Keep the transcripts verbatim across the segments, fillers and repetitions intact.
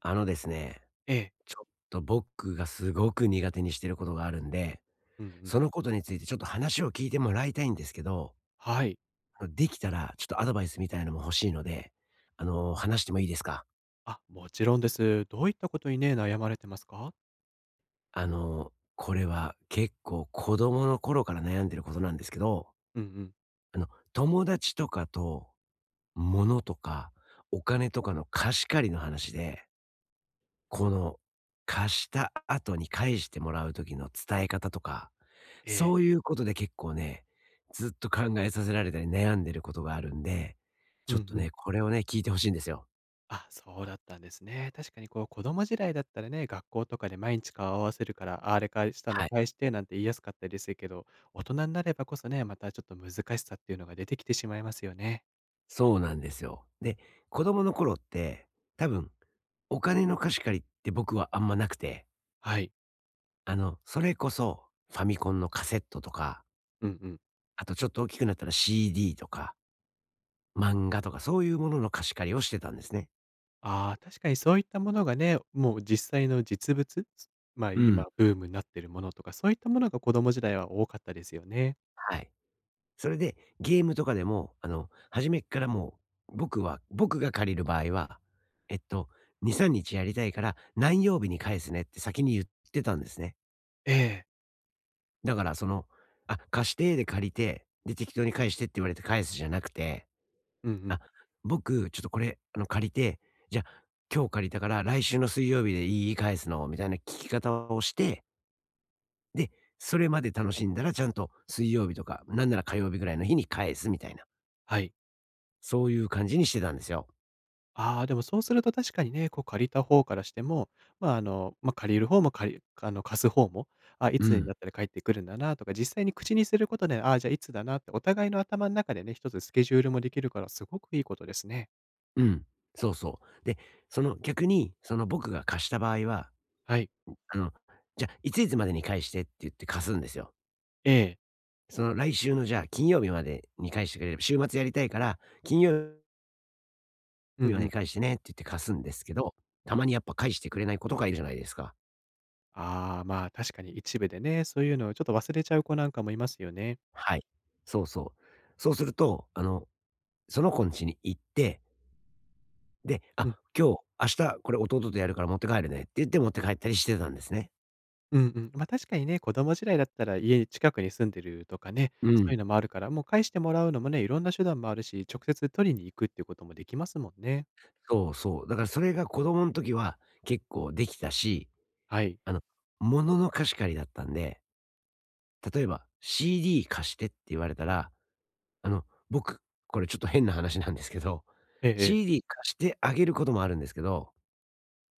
あのですね、ええ。ちょっと僕がすごく苦手にしてることがあるんで、うんうん。そのことについてちょっと話を聞いてもらいたいんですけど、はい。あのできたらちょっとアドバイスみたいのも欲しいので、あの、話してもいいですか？あ、もちろんです。どういったことにね、悩まれてますか？あの、これは結構子供の頃から悩んでることなんですけど、うんうん。あの、友達とかと物とかお金とかの貸し借りの話で、この貸した後に返してもらう時の伝え方とか、えそえ。ういうことで結構ね、ずっと考えさせられたり悩んでることがあるんで、うちょっんとうん。ね、これをね、聞いてほしいんですよ。あ、そうだったんですね。確かにこう子供時代だったらね、学校とかで毎日顔合わせるから、ああれ返したのはい。返してなんて言いやすかったりするけど、大人になればこそね、またちょっと難しさっていうのが出てきてしまいますよね。そうなんですよ。で、子供の頃って、多分、お金の貸し借りって僕はあんまなくて、はい。あの、それこそ、ファミコンのカセットとか、うんうん。あとちょっと大きくなったら シーディー とか、漫画とか、そういうものの貸し借りをしてたんですね。ああ、確かにそういったものがね、もう実際の実物、まあ、うん。今ブームになってるものとか、そういったものが子供時代は多かったですよね。はい。それで、ゲームとかでも、あの、初めっからもう、僕は僕が借りる場合は、えっと、に、みっかやりたいから、何曜日に返すねって先に言ってたんですね。ええ。だから、その、あ、貸してで借りて、で、適当に返してって言われて返すじゃなくて、うんうあ、ん。僕、ちょっとこれ、あの、借りて、じゃあ、今日借りたから来週の水曜日でいい返すのみたいな聞き方をして、で、それまで楽しんだらちゃんと水曜日とか、なんなら火曜日ぐらいの日に返すみたいな。はい。そういう感じにしてたんですよ。ああ、でもそうすると確かにね、こう借りた方からしても、まあ、あの、ま、借りる方も借りあの、貸す方も、あ、いうつにん。なったら帰ってくるんだなとか、実際に口にすることで、ああ、じゃあいつだなってお互いの頭の中でね、一つスケジュールもできるからすごくいいことですね。うん。そうそう。で、その逆に、その僕が貸した場合は、はい。あの、じゃ、あいついつまでに返してって言って貸すんですよ。ええ。その来週のじゃあ金曜日までに返してくれれば、週末やりたいから、金曜うんう日までにん。返してねって言って貸すんですけど、たまにやっぱ返してくれない子とかいるじゃないですか。ああ、まあ、確かに一部でね、そういうのをちょっと忘れちゃう子なんかもいますよね。はい。そうそう。そうすると、あの、その子ん家に行って、で、あ、うん。今日、明日これ弟とやるから持って帰るねって言って持って帰ったりしてたんですね。うんうん。ま、確かにね、子供時代だったら家近くに住んでるとかね、うそん。ういうのもあるから、もう返してもらうのもね、いろんな手段もあるし、直接取りに行くっていうこともできますもんね。そうそう。だからそれが子供の時は結構できたし、はい。あの、物の貸し借りだったんで、例えば「シーディー 貸して」って言われたら、あの、僕、これちょっと変な話なんですけど、ええええ。シーディー 貸してあげることもあるんですけど、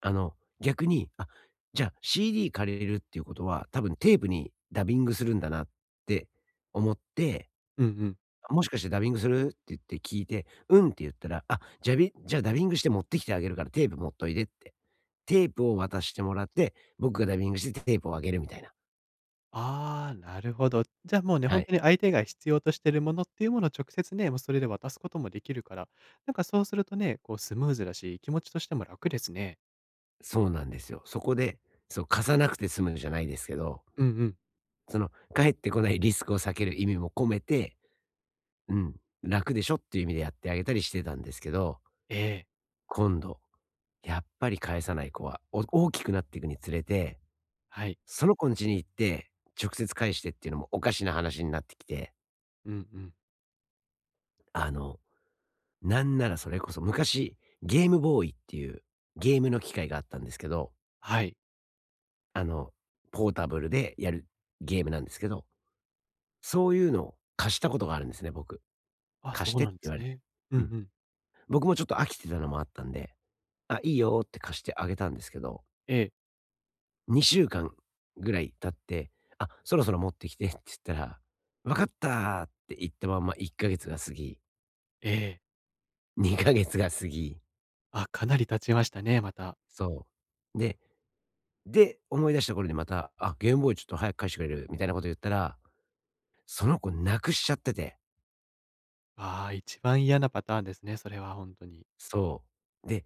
あの、逆に「あ、じゃあ シーディー 借りれるっていうことは、多分テープにダビングするんだな」って思ってうんうん。「もしかしてダビングする？」って言って聞いて「うん」って言ったら「あ、じゃびじゃあダビングして持ってきてあげるからテープ持っといで」って。テープを渡してもらって、僕がダビングしてテープをあげるみたいな。ああ、なるほど。じゃあもうね、は本い。当に相手が必要としてるものっていうものを直接ね、もうそれで渡すこともできるから、なんかそうするとね、こうスムーズだし、気持ちとしても楽ですね。そうなんですよ。そこで、そう、貸さなくて済むじゃないですけど、うんうん。その返ってこないリスクを避ける意味も込めて、うん、楽でしょっていう意味でやってあげたりしてたんですけど、ええ。今度、やっぱり返さない子は、お大きくなっていくにつれて、はい。その子ん家に行って、直接返してっていうのもおかしな話になってきて、うんうん。あの、なんならそれこそ昔、ゲームボーイっていうゲームの機械があったんですけど、はい。あの、ポータブルでやるゲームなんですけど、そういうのを貸したことがあるんですね、僕。あ、貸そしうてっなてんで言すわれて。ね。うんうん。うん。僕もちょっと飽きてたのもあったんで、あ、いいよって貸してあげたんですけど、ええ。にしゅうかんぐらい経って、あ、そろそろ持ってきてって言ったら、わかったって言ったまんまいっかげつが過ぎ、ええ。にかげつが過ぎ、あ、かなり経ちましたね、また。そう。でで、思い出した頃にまた、あ、ゲームボーイちょっと早く返してくれるみたいなこと言ったら、その子なくしちゃってて、ああ、一番嫌なパターンですね、それは本当に。そう。で、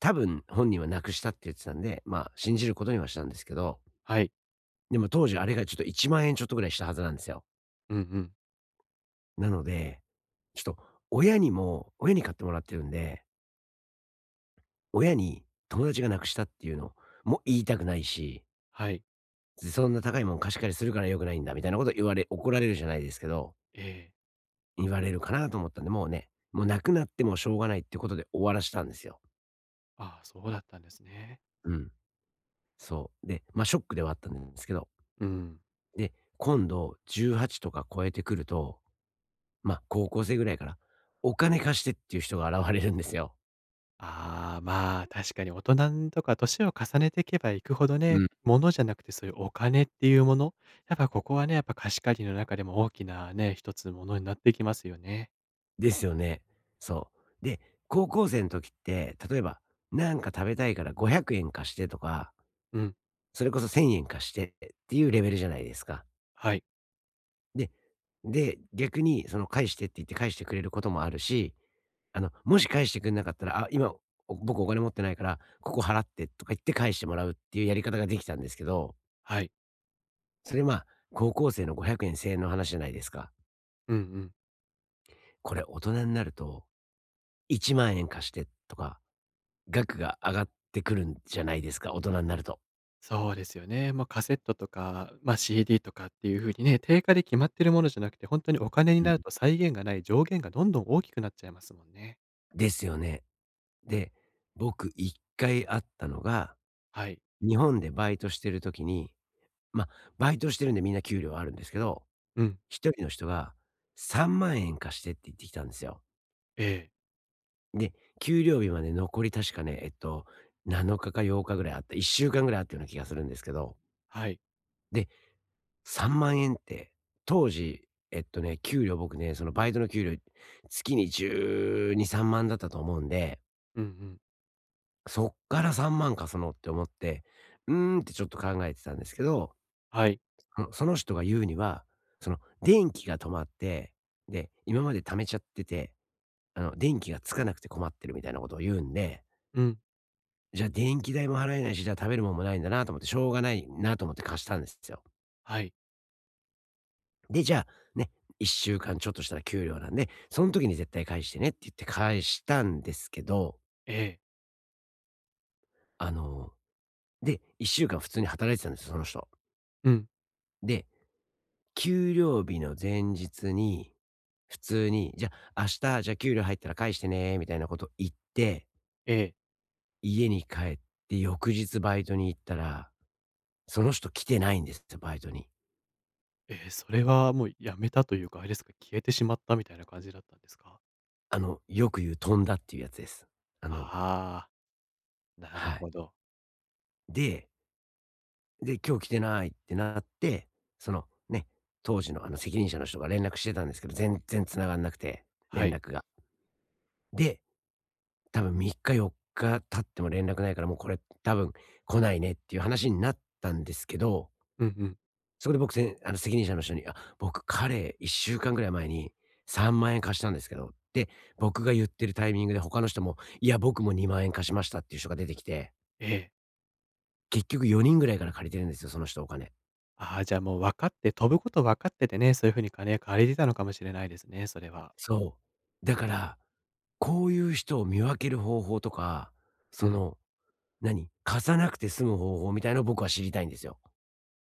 多分本人はなくしたって言ってたんで、まあ信じることにはしたんですけど、はい。でも当時あれがちょっといちまん円ちょっとぐらいしたはずなんですよ。うんうん。なので、ちょっと親にも、親に買ってもらってるんで、親に友達がなくしたっていうのも言いたくないし、はい。そんな高いもん貸し借りするから良くないんだみたいなこと言われ、怒られるじゃないですけど、ええ。言われるかなと思ったんで、もうね、もう無くなってもしょうがないってことで終わらしたんですよ。ああ、そうだったんですね。うん。そう。で、ま、ショックではあったんですけど、うん。で、今度じゅうはちとか超えてくると、ま、高校生ぐらいから、お金貸してっていう人が現れるんですよ。ああ、まあ、確かに大人とか年を重ねていけばいくほどうね、ん。物じゃなくてそういうお金っていうもの、やっぱここはね、やっぱ貸し借りの中でも大きなね、一つものになっていきますよね。ですよね。そう。で、高校生の時って、例えば、なんか食べたいからごひゃくえん貸してとか、うん。それこそせんえん貸してっていうレベルじゃないですか。はい。でで、逆にその返してって言って返してくれることもあるし、あの、もし返してくれなかったら、あ、今、お僕お金持ってないから、ここ払ってとか言って返してもらうっていうやり方ができたんですけど、はい。それまあ、高校生のごひゃくえんいち れいの話じゃないですか。うんうん。これ大人になると、いちまん円貸してとか、額が上がってくるんじゃないですか、大人になると。そうですよね。まあ、カセットとか、まあ、シーディー とかっていう風にね、定価で決まってるものじゃなくて、本当にお金にうん。なると再現がない上限がどんどん大きくなっちゃいますもんね。ですよね。で、僕いっかいあったのが、はい。日本でバイトしてる時に、まあ、バイトしてるんでみんな給料あるんですけど、うん。一人の人がさんまん円貸してって言ってきたんですよ。ええ。で、給料日まで残り確かね、えっと、なのかかようかぐらいあった、いっしゅうかんぐらいあったような気がするんですけど、はい。で、さんまん円って、当時、えっとね、給料僕ね、そのバイトの給料、月にじゅうに、さんまんだったと思うんで、うんうん。そっからさんまんかそのって思って、うーんってちょっと考えてたんですけど、はい。あのその人が言うには、その電気が止まって、で、今まで貯めちゃってて、あの、電気がつかなくて困ってるみたいなことを言うんで、うん。じゃあ電気代も払えないし、じゃあ食べるもんもないんだなと思って、しょうがないなと思って貸したんですよ。はい。で、じゃあね、いっしゅうかんちょっとしたら給料なんで、その時に絶対返してねって言って返したんですけど、ええ。あの、で、いっしゅうかん普通に働いてたんですよ、その人。うん。で、給料日の前日に、普通に、じゃ、あ明日、じゃ、あ給料入ったら返してね、みたいなこと言って、ええ。家に帰って翌日バイトに行ったら、その人来てないんですよ、バイトに。ええ、それはもうやめたというか、あれですか、消えてしまったみたいな感じだったんですか？あの、よく言う飛んだっていうやつです。あの、ああー、なるはい。ほど。で、で、今日来てないってなって、そのね、当時のあの責任者の人が連絡してたんですけど、全然繋がんなくて、は連い。絡が。で多分みっかよっか経っても連絡ないから、もうこれ多分来ないねっていう話になったんですけど、うんうん。そこで僕せんあの、責任者の人に、あ、僕彼いっしゅうかんぐらい前にさんまん円貸したんですけどで僕が言ってるタイミングで他の人も、いや、僕もにまん円貸しましたっていう人が出てきて、ええ。結局よにんぐらいから借りてるんですよ、その人お金。ああ、じゃあもう分かって飛ぶこと分かっててね、そういう風に金借りてたのかもしれないですね、それは。そう。だから、こういう人を見分ける方法とか、うそん。の、何、貸さなくて済む方法みたいのを僕は知りたいんですよ。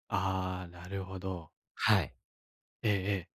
ああ、なるほど。はい。ええええ。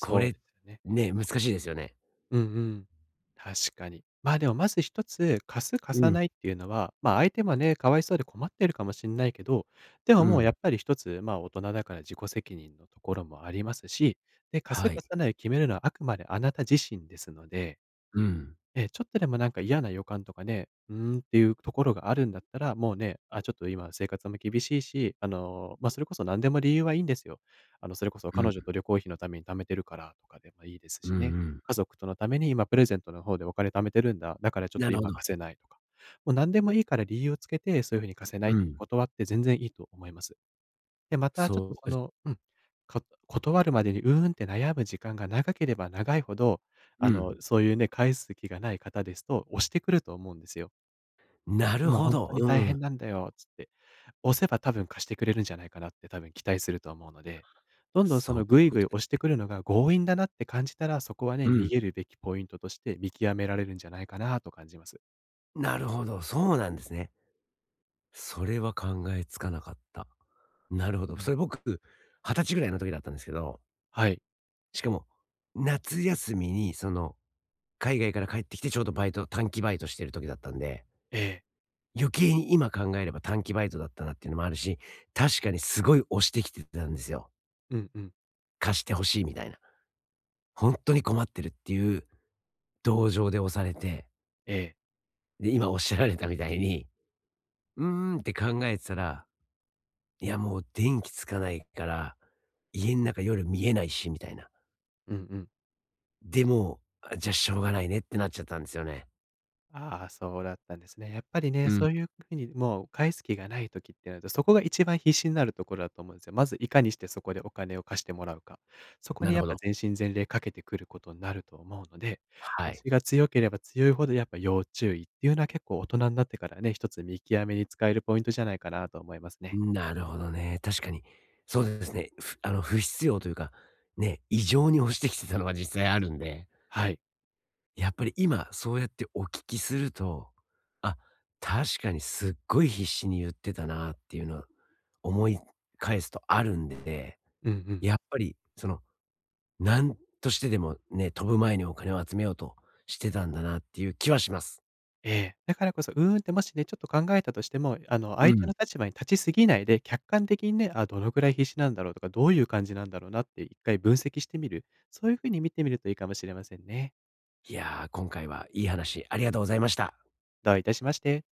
こうれ、ですよね。ね、難しいですよね。うんうん。確かに。まあ、でもまず一つ、貸す貸うさん、ないっていうのは、まあ、相手はね、かわいそうで困ってるかもしんないけど、でもうもうやん、っぱり一つ、まあ、大人だから自己責任のところもありますし、で、貸すはい。貸さないを決めるのはあくまであなた自身ですのでうん、ええ、ちょっとでもなんか嫌な予感とかね、うーんっていうところがあるんだったら、もうね、あ、ちょっと今生活も厳しいし、あの、まあ、それこそ何でも理由はいいんですよ。あの、それこそう彼ん、女と旅行費のために貯めてるからとかでもいいですうんうしね。ん。家族とのために今プレゼントの方でお金貯めてるんだ、だからちょっなとるほ今ど。貸せないとか。もう何でもいいから理由をつけて、そういう風に貸せなうい、ん。断って全然いいと思います。で、またちょっそとそう、のうん、か断るまでに、うーんって悩む時間が長ければ長いほど、うあの、ん。そういうね、返す気がない方ですと、押してくると思うんですよ。なる今ほほんとど、にう大ん。変なんだよつって、押せば多分貸してくれるんじゃないかなって多分期待すると思うので、どんどんそそういのぐういこぐいとで、押してくるのが強引だなって感じたら、そこはね、う逃ん。げるべきポイントとして見極められるんじゃないかなと感じます。なるほど、そうなんですね。それは考えつかなかった。なるほど。うそん。れ僕、はたちぐらいの時だったんですけど、はい。しかも、夏休みにその、海外から帰ってきてちょうどバイト短期バイトしてる時だったんでええ。余計に今考えれば短期バイトだったなっていうのもあるし、確かにすごい押してきてたんですよ。うんうん。貸してほしいみたいな。本当に困ってるっていう同情で押されて、ええ。で、今おっしゃられたみたいに、うーんって考えてたら、いやもう電気つかないから、家ん中夜見えないしみたいな。うんうん。で、もあ、じゃ、あしょうがないねってなっちゃったんですよね。ああ、そうだったんですね。やっぱりね、うん、そういう風にもう返す気がない時ってなると、そこが一番必死になるところだと思うんですよ。まずいかにしてそこでお金を貸してもらうか。そこなにるやっほぱど。全身全霊かけてくることになると思うので、は推い。しが強ければ強いほどやっぱ要注意っていうのは結構大人になってからね、一つ見極めに使えるポイントじゃないかなと思いますね。なるほどね。確かに。そうですね。ふあの、不必要というか、ね、異常に押してきてたのは実際あるんで、はい。やっぱり今そうやってお聞きすると、あ、確かにすっごい必死に言ってたなっていうのは思い返すとあるんで、うんうん。やっぱりその、なんとしてでもね、飛ぶ前にお金を集めようとしてたんだなっていう気はします。ええ、だからこそ、うーんってもしね、ちょっと考えたとしても、あの、う相手ん。の立場に立ちすぎないで、客観的にね、あ、どのくらい必死なんだろうとか、どういう感じなんだろうなって一回分析してみる。そういう風に見てみるといいかもしれませんね。いやー、今回はいい話ありがとうございました。どういたしまして。